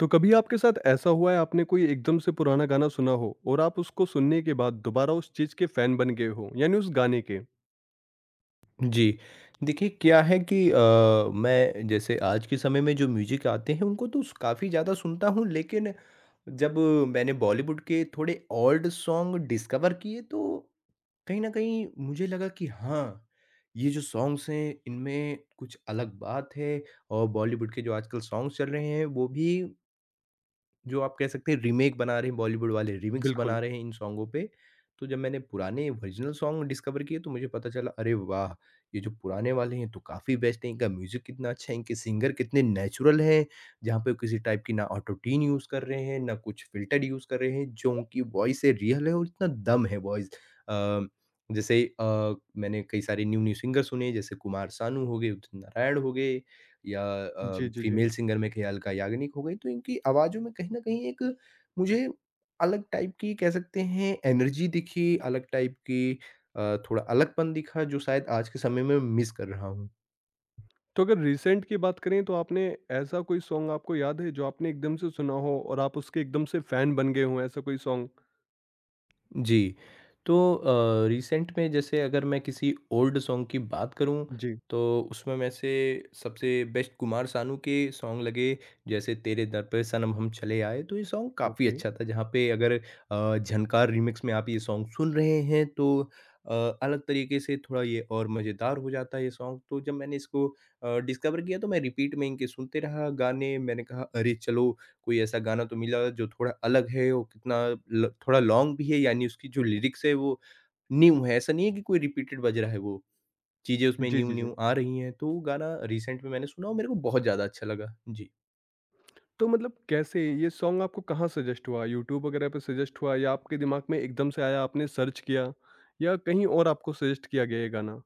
तो कभी आपके साथ ऐसा हुआ है आपने कोई एकदम से पुराना गाना सुना हो और आप उसको सुनने के बाद दोबारा उस चीज़ के फैन बन गए हो यानी उस गाने के? जी। देखिए, क्या है कि मैं जैसे आज के समय में जो म्यूज़िक आते हैं, उनको तो स काफ़ी ज़्यादा सुनता हूँ, लेकिन जब मैंने बॉलीवुड के थोड़े ओल्ड सॉन्ग डिस्कवर किए, तो कहीं न कहीं मुझे लगा कि हाँ, ये जो सॉन्ग्स हैं, इनमें कुछ अलग बात है। और बॉलीवुड के जो आजकल सॉन्ग्स चल रहे हैं, वो भी जो आप कह सकते हैं रीमेक बना रहे हैं बॉलीवुड वाले, रीमिक्स बना बिल्कुल। रहे हैं इन सॉन्गों पे। तो जब मैंने पुराने ओरिजिनल सॉन्ग डिस्कवर किए तो मुझे पता चला, अरे वाह! ये जो पुराने वाले हैं तो काफ़ी बेस्ट हैं, इनका म्यूज़िक कितना अच्छा है, इनके सिंगर कितने नेचुरल हैं, जहाँ पे किसी टाइप की ना ऑटो ट्यून यूज़ कर रहे हैं, ना कुछ फ़िल्टर यूज़ कर रहे हैं, जो उनकी वॉइस है रियल है और इतना दम है वॉइस। अ, जैसे मैंने कई सारे न्यू-न्यू सिंगर सुने, जैसे कुमार सानू हो गए, उदित नारायण हो गए। या जी, जी, जी। फीमेल सिंगर में ख्यालिका याग्निक हो गई, तो इनकी आवाज़ों में कहीं न कहीं एक मुझे अलग टाइप की कह सकते हैं एनर्जी दिखी, अलग टाइप की थोड़ा अलगपन दिखा जो शायद आज के समय में मिस कर रहा हूँ। तो अगर रिसेंट की बात करें तो आपने ऐसा कोई सॉन्ग आपको याद है जो आपने एकदम से सुना हो और आप उसके एकदम से फैन बन गए हों ऐसा कोई सॉन्ग? जी। तो रिसेंट में जैसे अगर मैं किसी ओल्ड सॉन्ग की बात करूँ, जी, तो उसमें में से सबसे बेस्ट कुमार सानू के सॉन्ग लगे, जैसे तेरे दर पे सनम हम चले आए, तो ये सॉन्ग काफ़ी ओके। अच्छा था, जहाँ पे अगर झनकार रीमिक्स में आप ये सॉन्ग सुन रहे हैं, तो अ, अलग तरीके से थोड़ा ये और मज़ेदार हो जाता है ये सॉन्ग। तो जब मैंने इसको डिस्कवर किया, तो मैं रिपीट में इनके सुनते रहा गाने, मैंने कहा, "अरे चलो, कोई ऐसा गाना तो मिला जो थोड़ा अलग है, वो कितना ल थोड़ा लॉन्ग भी है, यानी उसकी जो लिरिक्स है वो न्यू है, ऐसा नहीं है कि कोई रिपीटेड बज रहा है वो, चीज़ें उसमें जी, जी, जी। न्यू-न्यू आ रही हैं, तो वो गाना रिसेंट में मैंने सुना और मेरे को बहुत ज़्यादा अच्छा लगा।" जी। तो मतलब कैसे ये सॉन्ग आपको कहाँ सजेस्ट हुआ? यूट्यूब वगैरह पे सजेस्ट हुआ या आपके दिमाग में एकदम से आया आपने सर्च किया या कहीं और आपको सजेस्ट किया गया ये गाना?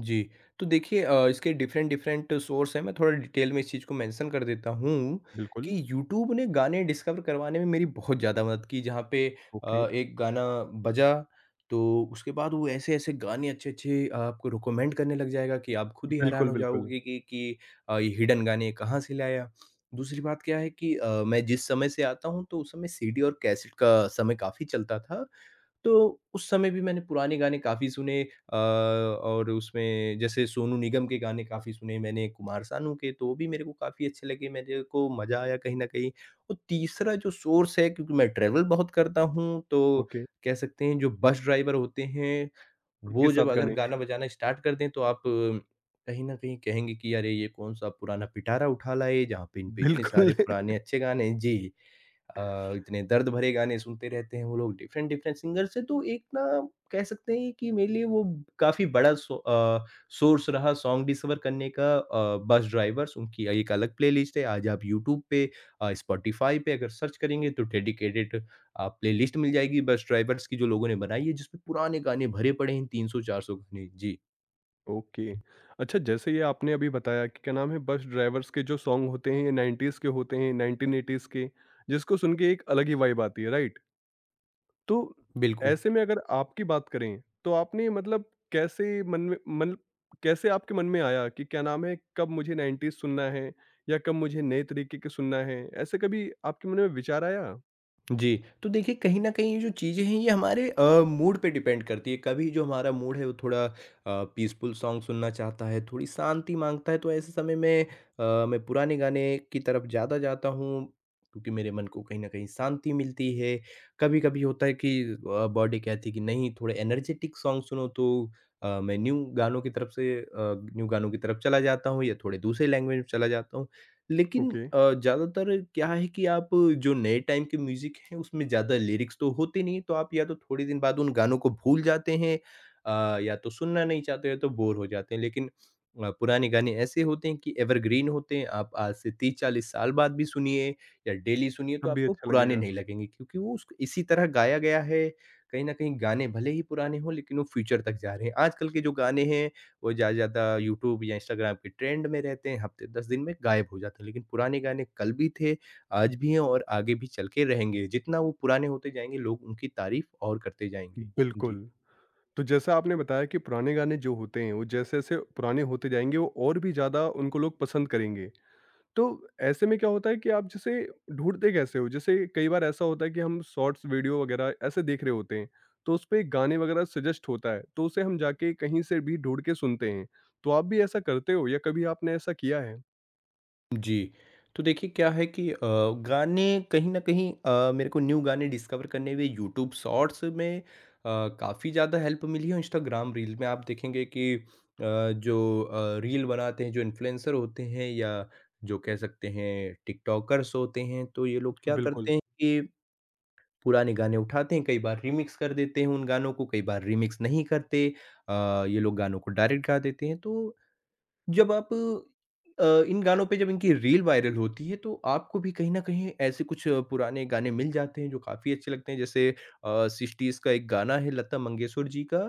जी, तो देखिए इसके डिफरेंट डिफरेंट सोर्स हैं, मैं थोड़ा डिटेल में इस चीज़ को मेंशन कर देता हूँ बिल्कुल, कि यूट्यूब ने गाने डिस्कवर करवाने में मेरी बहुत ज़्यादा मदद की, जहाँ पे ओके। एक गाना बजा, तो उसके बाद वो ऐसे-ऐसे गाने अच्छे-अच्छे आपको रिकमेंड करने लग जाएगा कि आप खुद ही हैरान बिल्कुल, हो बिल्कुल। जाओगे कि ये हिडन गाने कहाँ से लाया। दूसरी बात क्या है कि मैं जिस समय से आता हूँ, तो उस समय सीडी और कैसेट का समय काफ़ी चलता था। तो उस समय भी मैंने पुराने गाने काफ़ी सुने, और उसमें जैसे सोनू निगम के गाने काफ़ी सुने मैंने, कुमार सानू के, तो वो भी मेरे को काफ़ी अच्छे लगे, मेरे को मज़ा आया कहीं न कहीं। और तीसरा जो सोर्स है, क्योंकि मैं ट्रैवल बहुत करता हूँ, तो ओके, कह सकते हैं जो बस ड्राइवर होते हैं, उनके वो जब साथ का अगर नहीं। गाना बजाना स्टार्ट कर दें, तो आप कहीं न कहीं कहेंगे कि अरे! ये कौन-सा पुराना पिटारा उठा लाए, जहाँ पे इन पे इतने सारे बिल्कुल। पुराने अच्छे गाने हैं। जी। इतने दर्द भरे गाने सुनते रहते हैं वो लोग डिफरेंट डिफरेंट सिंगर से, तो एक ना कह सकते हैं कि मेरे लिए वो काफ़ी बड़ा सोर्स रहा सॉन्ग डिस्कवर करने का। बस ड्राइवर्स, उनकी एक अलग प्लेलिस्ट है। आज आप यूट्यूब पे स्पॉटिफाई पे अगर सर्च करेंगे तो डेडिकेटेड प्लेलिस्ट मिल जाएगी बस ड्राइवर्स की, जो लोगों ने बनाई है, जिसमें पुराने गाने भरे पड़े हैं, 300 400 गाने। जी, ओके। अच्छा जैसे ये आपने अभी बताया कि क्या नाम है बस ड्राइवर्स के जो सॉन्ग होते हैं ये 90s के होते हैं, 1980s के जिसको सुन के एक अलग ही वाइब आती है, राइट? तो बिल्कुल। ऐसे में अगर आपकी बात करें तो आपने मतलब कैसे मन में मन कैसे आपके मन में आया कि क्या नाम है कब मुझे 90s सुनना है या कब मुझे नए तरीके के सुनना है? ऐसे कभी आपके मन में विचार आया? जी, तो देखिए कहीं न कहीं ये जो चीज़ें हैं, ये हमारे मूड पे डिपेंड करती है। कभी जो हमारा मूड है वो थोड़ा पीसफुल सॉन्ग सुनना चाहता है, थोड़ी शांति माँगता है, तो ऐसे समय में मैं पुराने गाने की तरफ ज़्यादा जाता हूँ, क्योंकि मेरे मन को कहीं न कहीं शांति मिलती है। कभी-कभी होता है कि बॉडी कहती है कि नहीं, थोड़े एनर्जेटिक सॉन्ग सुनो, तो मैं न्यू गानों की तरफ से अ, न्यू गानों की तरफ चला जाता हूँ, या थोड़े दूसरे लैंग्वेज में चला जाता हूँ। लेकिन ओके, ज़्यादातर क्या है कि आप जो नए टाइम के म्यूज़िक हैं, उसमें ज़्यादा लिरिक्स तो होते नहीं हैं, तो आप या तो थोड़े दिन बाद उन गानों को भूल जाते हैं, या तो सुनना नहीं चाहते हो, तो बोर हो जाते हैं। लेकिन पुराने गाने ऐसे होते हैं कि एवरग्रीन होते हैं, आप आज से 30-40 साल बाद भी सुनिए या डेली सुनिए, तो तब भी आपको अच्छा पुराने लगेगा। नहीं लगेंगे, क्योंकि वो उस इसी तरह गाया गया है। कहीं न कहीं गाने भले ही पुराने हों, लेकिन वो फ्यूचर तक जा रहे हैं। आजकल के जो गाने हैं वो ज़्यादा से ज़्यादा यूट्यूब या इंस्टाग्राम के ट्रेंड में रहते हैं, हफ्ते 10 दिन में गायब हो जाते हैं। लेकिन पुराने गाने कल भी थे, आज भी हैं और आगे भी चल के रहेंगे। जितना वो पुराने होते जाएँगे, लोग उनकी तारीफ़ और करते जाएँगे। जी। बिल्कुल। तो जैसा आपने बताया कि पुराने गाने जो होते हैं, वो जैसे-जैसे पुराने होते जाएँगे, वो और भी ज़्यादा उनको लोग पसंद करेंगे। तो ऐसे में क्या होता है कि आप जैसे ढूँढते कैसे हो? जैसे कई बार ऐसा होता है कि हम शॉर्ट्स वीडियो वगैरह ऐसे देख रहे होते हैं, तो उसपे गाने वगैरह सजेस्ट होता है, तो उसे हम जाके कहीं से भी ढूँढ के सुनते हैं। तो आप भी ऐसा करते हो या कभी आपने ऐसा किया है? जी, तो देखिए क्या है कि गाने कहीं न कहीं मेरे को न्यू गाने डिस्कवर करने में यूट्यूब शॉर्ट्स में काफ़ी ज़्यादा हेल्प मिली है। और इंस्टाग्राम रील में आप देखेंगे कि जो रील बनाते हैं, जो इन्फ्लुएंसर होते हैं, या जो कह सकते हैं टिकटॉकर्स होते हैं, तो ये लोग क्या करते बिल्कुल। हैं कि पुराने गाने उठाते हैं, कई बार रीमिक्स कर देते हैं उन गानों को, कई बार रीमिक्स नहीं करते, ये लोग गानों को डायरेक्ट गा देते हैं। तो जब आप इन गानों पे, जब इनकी रील वायरल होती है, तो आपको भी कहीं न कहीं ऐसे कुछ पुराने गाने मिल जाते हैं, जो काफ़ी अच्छे लगते हैं। जैसे 60s का एक गाना है लता मंगेशकर जी का,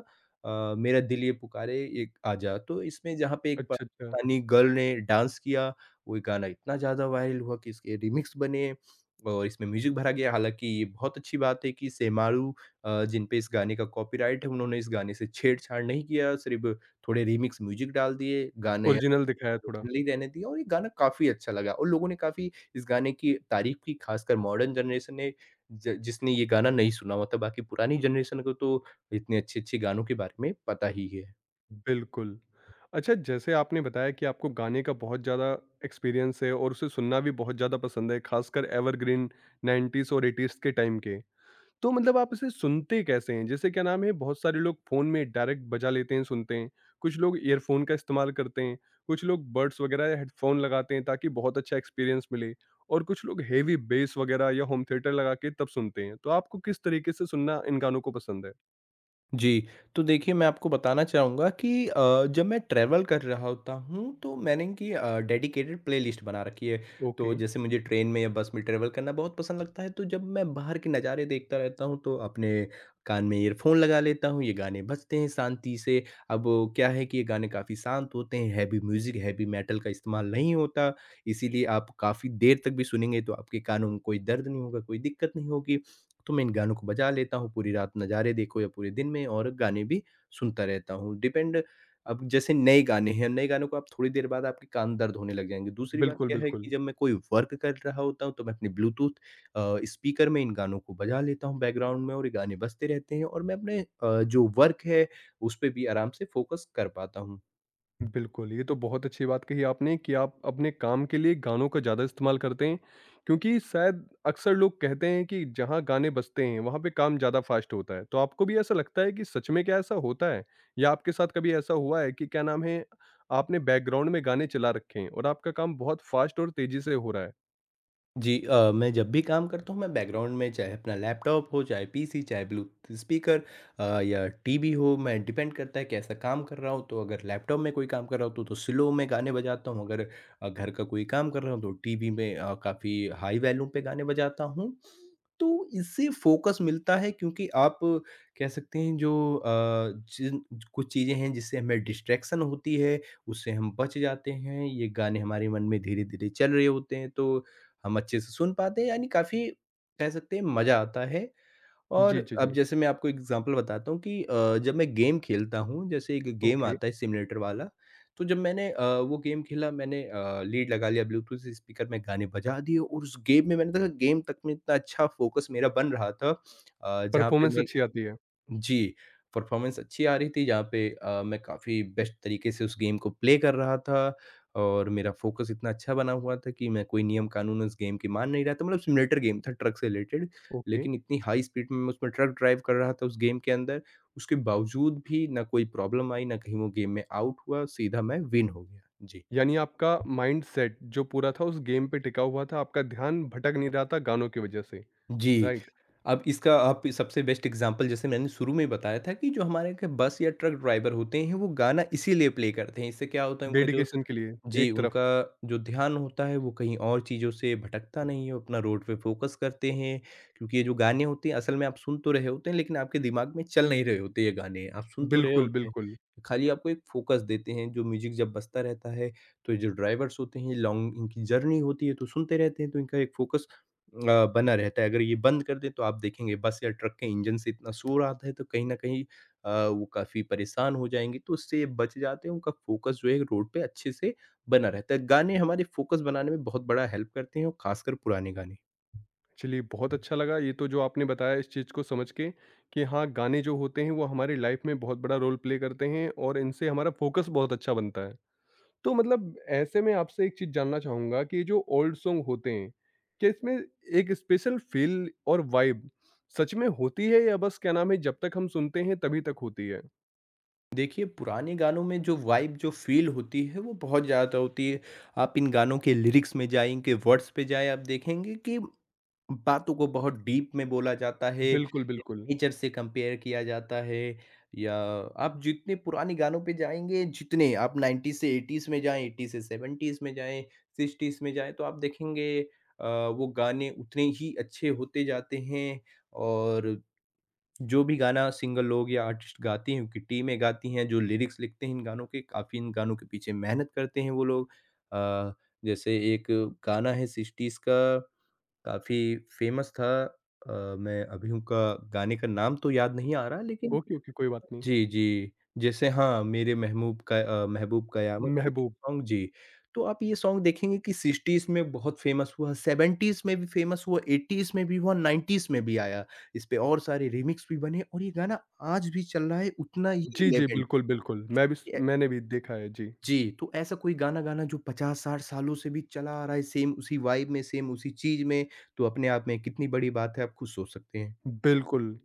मेरा दिल ये पुकारे एक आजा। तो इसमें जहाँ पे एक अच्छा, अच्छा। पाकिस्तानी गर्ल ने डांस किया, वो गाना इतना ज़्यादा वायरल हुआ कि इसके रीमिक्स बने और इसमें म्यूज़िक भरा गया। हालाँकि ये बहुत अच्छी बात है कि शेमारु, जिन पे इस गाने का कॉपीराइट है, उन्होंने इस गाने से छेड़छाड़ नहीं किया। सिर्फ़ थोड़े रीमिक्स म्यूजिक डाल दिए, गाने ओरिजिनल दिखाया थोड़ा। ओरिजिनल ही रहने दिया, और ये गाना काफ़ी अच्छा लगा और लोगों ने काफ़ी इस गाने की तारीफ़ की, खासकर मॉडर्न जनरेशन ने ज जिसने ये गाना नहीं सुना हुआ था, बाकी पुरानी जनरेशन को तो इतने अच्छे-अच्छे गानों के बारे में पता ही है। बिल्कुल। अच्छा जैसे आपने बताया कि आपको गाने का बहुत ज़्यादा एक्सपीरियंस है और उसे सुनना भी बहुत ज़्यादा पसंद है, खासकर एवरग्रीन 90s और 80s के टाइम के। तो मतलब आप इसे सुनते कैसे हैं? जैसे क्या नाम है बहुत सारे लोग फ़ोन में डायरेक्ट बजा लेते हैं, सुनते हैं। कुछ लोग ईयरफ़ोन का इस्तेमाल करते हैं, कुछ लोग बड्स वगैरह या हेडफ़ोन लगाते हैं ताकि बहुत अच्छा एक्सपीरियंस मिले और कुछ लोग हेवी बेस वगैरह या होम थिएटर लगा के तब सुनते हैं। तो आपको किस तरीके से सुनना इन गानों को पसंद है? जी, तो देखिए मैं आपको बताना चाहूँगा कि जब मैं ट्रैवल कर रहा होता हूँ, तो मैंने कि डेडिकेटेड प्लेलिस्ट बना रखी है। ओके। तो जैसे मुझे ट्रेन में या बस में ट्रैवल करना बहुत पसंद लगता है, तो जब मैं बाहर के नज़ारे देखता रहता हूँ, तो अपने कान में ईयरफ़ोन लगा लेता हूँ, ये गाने बजते हैं शांति से। अब वो क्या है कि ये गाने काफ़ी शांत होते हैं, हैवी म्यूज़िक, हैवी मेटल का इस्तेमाल नहीं होता, इसीलिए आप काफ़ी देर तक भी सुनेंगे तो आपके कानों में कोई दर्द नहीं होगा, कोई दिक्कत नहीं होगी। तो मैं इन गानों को बजा लेता हूँ, पूरी रात नज़ारे देखो या पूरे दिन में, और गाने भी सुनता रहता हूँ। डिपेंड। अब जैसे नए गाने हैं, नए गानों को आप थोड़ी देर बाद आपके कान दर्द होने लग जाएँगे। दूसरी बात बिल्कुल, क्या है कि बिल्कुल। जब मैं कोई वर्क कर रहा होता हूँ, तो मैं अपने ब्लूटूथ स्पीकर में इन गानों को बजा लेता हूँ बैकग्राउंड में, और ये गाने बजते रहते हैं और मैं अपने जो वर्क है, उस पे भी आराम से फ़ोकस कर पाता हूँ। बिल्कुल, ये तो बहुत अच्छी बात कही आपने कि आप अपने काम के लिए गानों का ज़्यादा इस्तेमाल करते हैं, क्योंकि शायद अक्सर लोग कहते हैं कि जहाँ गाने बजते हैं, वहाँ पे काम ज़्यादा फ़ास्ट होता है। तो आपको भी ऐसा लगता है कि सच में क्या ऐसा होता है? या आपके साथ कभी ऐसा हुआ है कि क्या नाम है, आपने बैकग्राउंड में गाने चला रखे हैं और आपका काम बहुत फ़ास्ट और तेज़ी से हो रहा है? जी। मैं जब भी काम करता हूँ, मैं बैकग्राउंड में चाहे अपना लैपटॉप हो, चाहे पीसी, चाहे ब्लूटूथ स्पीकर या टीवी हो, मैं डिपेंड करता है कैसा काम कर रहा हूँ। तो अगर लैपटॉप में कोई काम कर रहा हूँ, तो स्लो में गाने बजाता हूँ। अगर घर का कोई काम कर रहा हूँ, तो टीवी में काफ़ी हाई वॉल्यूम पे गाने बजाता हूँ। तो इससे फोकस मिलता है, क्योंकि आप कह सकते हैं जो अ, जिन कुछ चीज़ें हैं जिससे हमें डिस्ट्रैक्शन होती है, उससे हम बच जाते हैं। ये गाने हमारे मन में धीरे धीरे चल रहे होते हैं, तो हम अच्छे से सुन पाते हैं, यानी काफ़ी कह सकते हैं मज़ा आता है। और जी, जी, अब जी। जैसे मैं आपको एग्ज़ाम्पल बताता हूँ कि जब मैं गेम खेलता हूँ, जैसे एक गेम ओके, आता है सिम्युलेटर वाला। तो जब मैंने वो गेम खेला, मैंने लीड लगा लिया, ब्लूटूथ से स्पीकर में गाने बजा दिए, और उस गेम में मैंने देखा, गेम तक में इतना अच्छा फ़ोकस मेरा बन रहा था, जहाँ पे परफ़ॉर्मेंस मैं। अच्छी आती है। जी, परफ़ॉर्मेंस अच्छी आ रही थी, जहाँ पे मैं काफ़ी बेस्ट तरीके से उस गेम को प्ले कर रहा था, और मेरा फ़ोकस इतना अच्छा बना हुआ था कि मैं कोई नियम-कानून उस गेम के मान नहीं रहा था। मतलब सिम्युलेटर गेम था ट्रक से रिलेटेड, ओके, लेकिन इतनी हाई स्पीड में मैं उसमें ट्रक ड्राइव कर रहा था उस गेम के अंदर, उसके बावजूद भी ना कोई प्रॉब्लम आई, ना कहीं वो गेम में आउट हुआ, सीधा मैं विन हो गया। जी। यानी आपका माइंडसेट जो पूरा था उस गेम पे टिका हुआ था, आपका ध्यान भटक नहीं रहा था गानों की वज़ह से, जी, राइट? अब इसका आप सबसे बेस्ट एग्ज़ाम्पल जैसे मैंने शुरू में ही बताया था कि जो हमारे के बस या ट्रक ड्राइवर होते हैं, वो गाना इसीलिए प्ले करते हैं। इससे क्या होता है, उनका जो डेडिकेशन के लिए, जी, एक उनका तरफ। जो ध्यान होता है वो कहीं और चीज़ों से भटकता नहीं है, वो अपना रोड पे फ़ोकस करते हैं। क्योंकि ये जो गाने होते हैं असल में आप सुन तो रहे होते हैं लेकिन आपके दिमाग में चल नहीं रहे होते ये गाने, आप सुन तो रहे बिल्कुल, होते हैं, बिल्कुल। खाली आपको एक फ़ोकस देते हैं। जो म्यूज़िक जब बजता रहता है तो ये जो ड्राइवर्स होते हैं लॉन्ग इनकी जर्नी होती है तो सुनते रहते हैं तो इनका एक फ़ोकस बना रहता है। अगर ये बंद कर दें तो आप देखेंगे बस या ट्रक के इंजन से इतना शोर आता है तो कहीं न कहीं वो काफ़ी परेशान हो जाएंगे। तो उससे ये बच जाते हैं, उनका फ़ोकस जो है रोड पे अच्छे से बना रहता है। गाने हमारे फ़ोकस बनाने में बहुत बड़ा हेल्प करते हैं और ख़ासकर पुराने गाने। चलिए बहुत अच्छा लगा ये तो जो आपने बताया इस चीज़ को समझ के कि हाँ, गाने जो होते हैं वो हमारी लाइफ में बहुत बड़ा रोल प्ले करते हैं और इनसे हमारा फ़ोकस बहुत अच्छा बनता है। तो मतलब ऐसे में आपसे एक चीज़ जानना चाहूँगा कि ये जो ओल्ड सॉन्ग होते हैं, क्या इसमें एक स्पेशल फ़ील और वाइब सच में होती है या बस क्या नाम है जब तक हम सुनते हैं तभी तक होती है? देखिए, पुराने गानों में जो वाइब जो फ़ील होती है वो बहुत ज़्यादा होती है। आप इन गानों के लिरिक्स में जाएँ, इनके वर्ड्स पे जाएँ, आप देखेंगे कि बातों को बहुत डीप में बोला जाता है बिल्कुल, या बिल्कुल। नेचर से कंपेयर किया जाता है या आप जितने पुराने गानों पे जाएँगे, जितने आप 90s से 80s में जाएँ, 80 से 70s में जाएँ, 60s में जाएँ, तो आप देखेंगे अ, वो गाने उतने ही अच्छे होते जाते हैं और जो भी गाना सिंगर लोग या आर्टिस्ट गाती हैं, उनकी टीमें गाती हैं, जो लिरिक्स लिखते हैं इन गानों के, काफ़ी इन गानों के पीछे मेहनत करते हैं वो लोग। अ, जैसे एक गाना है 60s का, काफ़ी फेमस था। मैं अभी उनका गाने का नाम तो याद नहीं आ रहा लेकिन ओके, ओके कोई बात नहीं। जी, जी। जैसे हाँ, मेरे महबूब कयामत होगी महबूब। सॉन्ग जी। तो आप ये सॉन्ग देखेंगे कि 60s में बहुत फ़ेमस हुआ, 70s में भी फ़ेमस हुआ, 80s में भी हुआ, 90s में भी आया। इस पे और सारे रीमिक्स भी बने और ये गाना आज भी चल रहा है, उतना ही जी, जी, रिलेवेंट है। बिल्कुल, बिल्कुल। तो मैं भी स सोचिए मैंने भी देखा है। जी। जी, तो ऐसा कोई गाना-गाना जो 50-60 सालों से भी चला आ रहा है, सेम उसी वाइब में, सेम उसी चीज़ में, तो अपने आप में कितनी बड़ी बात है, आप खुद सोच सकते हैं। बिल्कुल।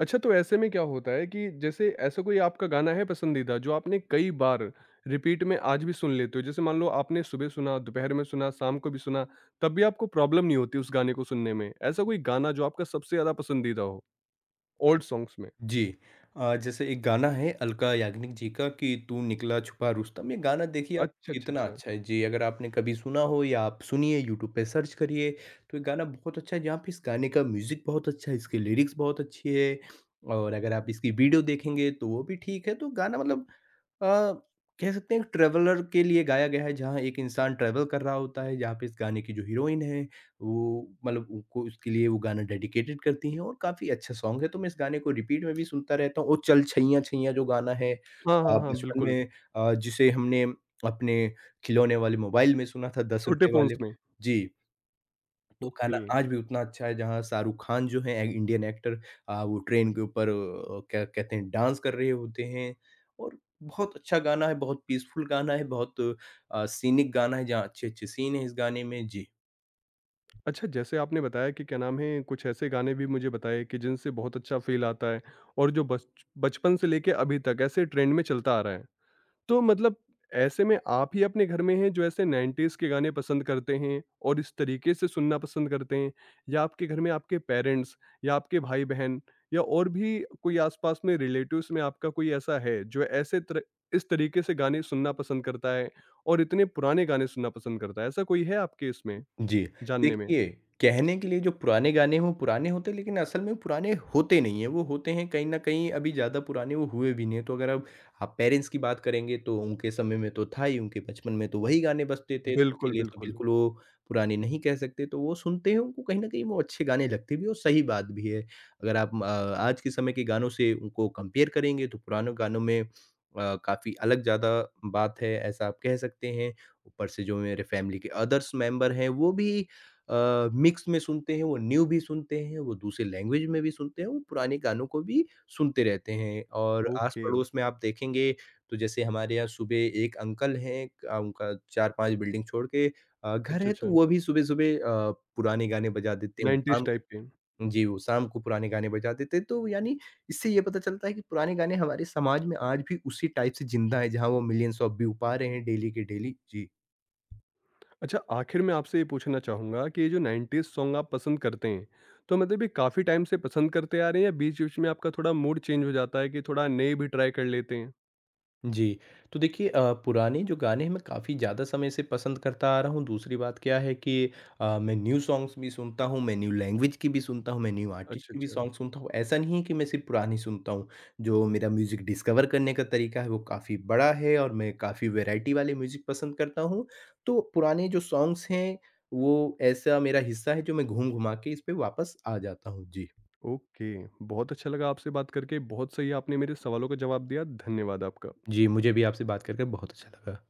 अच्छा तो ऐसे में क्या होता है कि जैसे ऐसा कोई आपका गाना है पसंदीदा जो आपने कई बार रिपीट में आज भी सुन लेते हो? जैसे मान लो आपने सुबह सुना, दोपहर में सुना, शाम को भी सुना, तब भी आपको प्रॉब्लम नहीं होती उस गाने को सुनने में। ऐसा कोई गाना जो आपका सबसे ज़्यादा पसंदीदा हो ओल्ड सॉन्ग्स में? जी। जैसे एक गाना है अलका याग्निक जी का कि तू निकला छुपा रुस्तम ये गाना देखिए आप अच्छा, अच्छा, कितना अच्छा। अच्छा है। जी, अगर आपने कभी सुना हो या आप सुनिए यूट्यूब पे सर्च करिए तो ये गाना बहुत अच्छा है। जहाँ पे इस गाने का म्यूज़िक बहुत अच्छा है, इसकी लिरिक्स बहुत अच्छी है और अगर आप इसकी वीडियो देखेंगे तो वो भी ठीक है। तो गाना मतलब अ, कह सकते हैं ट्रैवलर के लिए गाया गया है जहाँ एक इंसान ट्रैवल कर रहा होता है, जहाँ पे इस गाने की जो हीरोइन है वो मतलब उनको उसके लिए वो गाना डेडिकेटेड करती हैं और काफ़ी अच्छा सॉन्ग है, तो मैं इस गाने को रिपीट में भी सुनता रहता हूँ और चल छैया छैया जो गाना है हाँ, हाँ, हाँ, बचपन बिल्कुल। में जिसे हमने अपने खिलौने वाले मोबाइल में सुना था छोटे ₹10 फ़ोन्स वाले में। जी, तो गाना ओके। आज भी उतना अच्छा है जहाँ शाहरुख खान जो हैं ए इंडियन एक्टर, वो ट्रेन के ऊपर क्या कहते हैं डांस कर रहे होते हैं और बहुत अच्छा गाना है, बहुत पीसफुल गाना है, बहुत सीनिक गाना है जहाँ अच्छे-अच्छे सीन हैं इस गाने में। जी। अच्छा जैसे आपने बताया कि क्या नाम है कुछ ऐसे गाने भी मुझे बताए कि जिनसे बहुत अच्छा फ़ील आता है और जो बच बचपन से लेके अभी तक ऐसे ट्रेंड में चलता आ रहा है। तो मतलब ऐसे में आप ही अपने घर में हैं जो ऐसे 90s के गाने पसंद करते हैं और इस तरीके से सुनना पसंद करते हैं या आपके घर में आपके पेरेंट्स या आपके भाई बहन या और भी कोई आसपास में रिलेटिव्स में आपका कोई ऐसा है जो इस तरीके से गाने सुनना पसंद करता है और इतने पुराने गाने सुनना पसंद करता है ऐसा कोई है आपके इसमें जी। जानने में? देखिए, कहने के लिए जो पुराने गाने हैं वो पुराने होते हैं लेकिन असल में वो पुराने होते नहीं हैं। वो होते हैं कहीं न कहीं अभी ज़्यादा पुराने वो हुए भी नहीं हैं। तो अगर अब आप पेरेंट्स की बात करेंगे तो उनके समय में तो था ही, उनके बचपन में तो वही गाने बजते थे, तो उनके बिल्कुल लिए तो बिल्कुल बिल्कुल वो पुराने नहीं कह सकते। तो वो सुनते हैं, उनको कहीं न कहीं वो अच्छे गाने लगते भी हैं और सही बात भी है। अगर आप म आज के समय के गानों से उनको कंपेयर करेंगे तो पुराने गानों में काफ़ी अलग ज़्यादा बात है, ऐसा आप कह सकते हैं। ऊपर से जो मेरे फैमिली के अदर्स मेंबर हैं वो भी अ, मिक्स में सुनते हैं, वो न्यू भी सुनते हैं, वो दूसरे लैंग्वेज में भी सुनते हैं, वो पुराने गानों को भी सुनते रहते हैं। और ओके। आस-पड़ोस में आप देखेंगे तो जैसे हमारे यहाँ सुबह एक अंकल हैं, उनका 4-5 बिल्डिंग छोड़ के घर अच्छा, है तो अच्छा। वो भी सुबह-सुबह पुराने गाने बजा देते हैं और 90s शाम टाइप के। जी, वो शाम को पुराने गाने बजा देते हैं। तो यानी इससे ये पता चलता है कि पुराने गाने हमारे समाज में आज भी उसी टाइप से ज़िंदा है जहाँ वो मिलियंस ऑफ व्यू पा रहे हैं डेली के डेली। जी। अच्छा, आखिर में आपसे ये पूछना चाहूँगा कि ये जो 90s सॉन्ग आप पसंद करते हैं, तो मतलब ये काफ़ी टाइम से पसंद करते आ रहे हैं या बीच-बीच में आपका थोड़ा मूड चेंज हो जाता है कि थोड़ा नए भी ट्राई कर लेते हैं? जी, तो देखिए पुराने जो गाने हैं मैं काफ़ी ज़्यादा समय से पसंद करता आ रहा हूँ, दूसरी बात क्या है कि मैं न्यू सॉन्ग्स भी सुनता हूँ, मैं न्यू लैंग्वेज की भी सुनता हूँ, मैं न्यू आर्टिस्ट अच्छा, की भी अच्छा। सॉन्ग सुनता हूँ। ऐसा नहीं है कि मैं सिर्फ़ पुराने सुनता हूँ, जो मेरा म्यूज़िक डिस्कवर करने का तरीका है वो काफ़ी बड़ा है और मैं काफ़ी वैरायटी वाले म्यूज़िक पसंद करता हूँ। तो पुराने जो सॉन्ग्स हैं, वो ऐसा मेरा हिस्सा है जो मैं घूम-घुमा के इस पे वापस आ जाता हूँ। जी। ओके, बहुत अच्छा लगा आपसे बात करके, बहुत सही आपने मेरे सवालों का जवाब दिया, धन्यवाद आपका। जी, मुझे भी आपसे बात कर कर बहुत अच्छा लगा।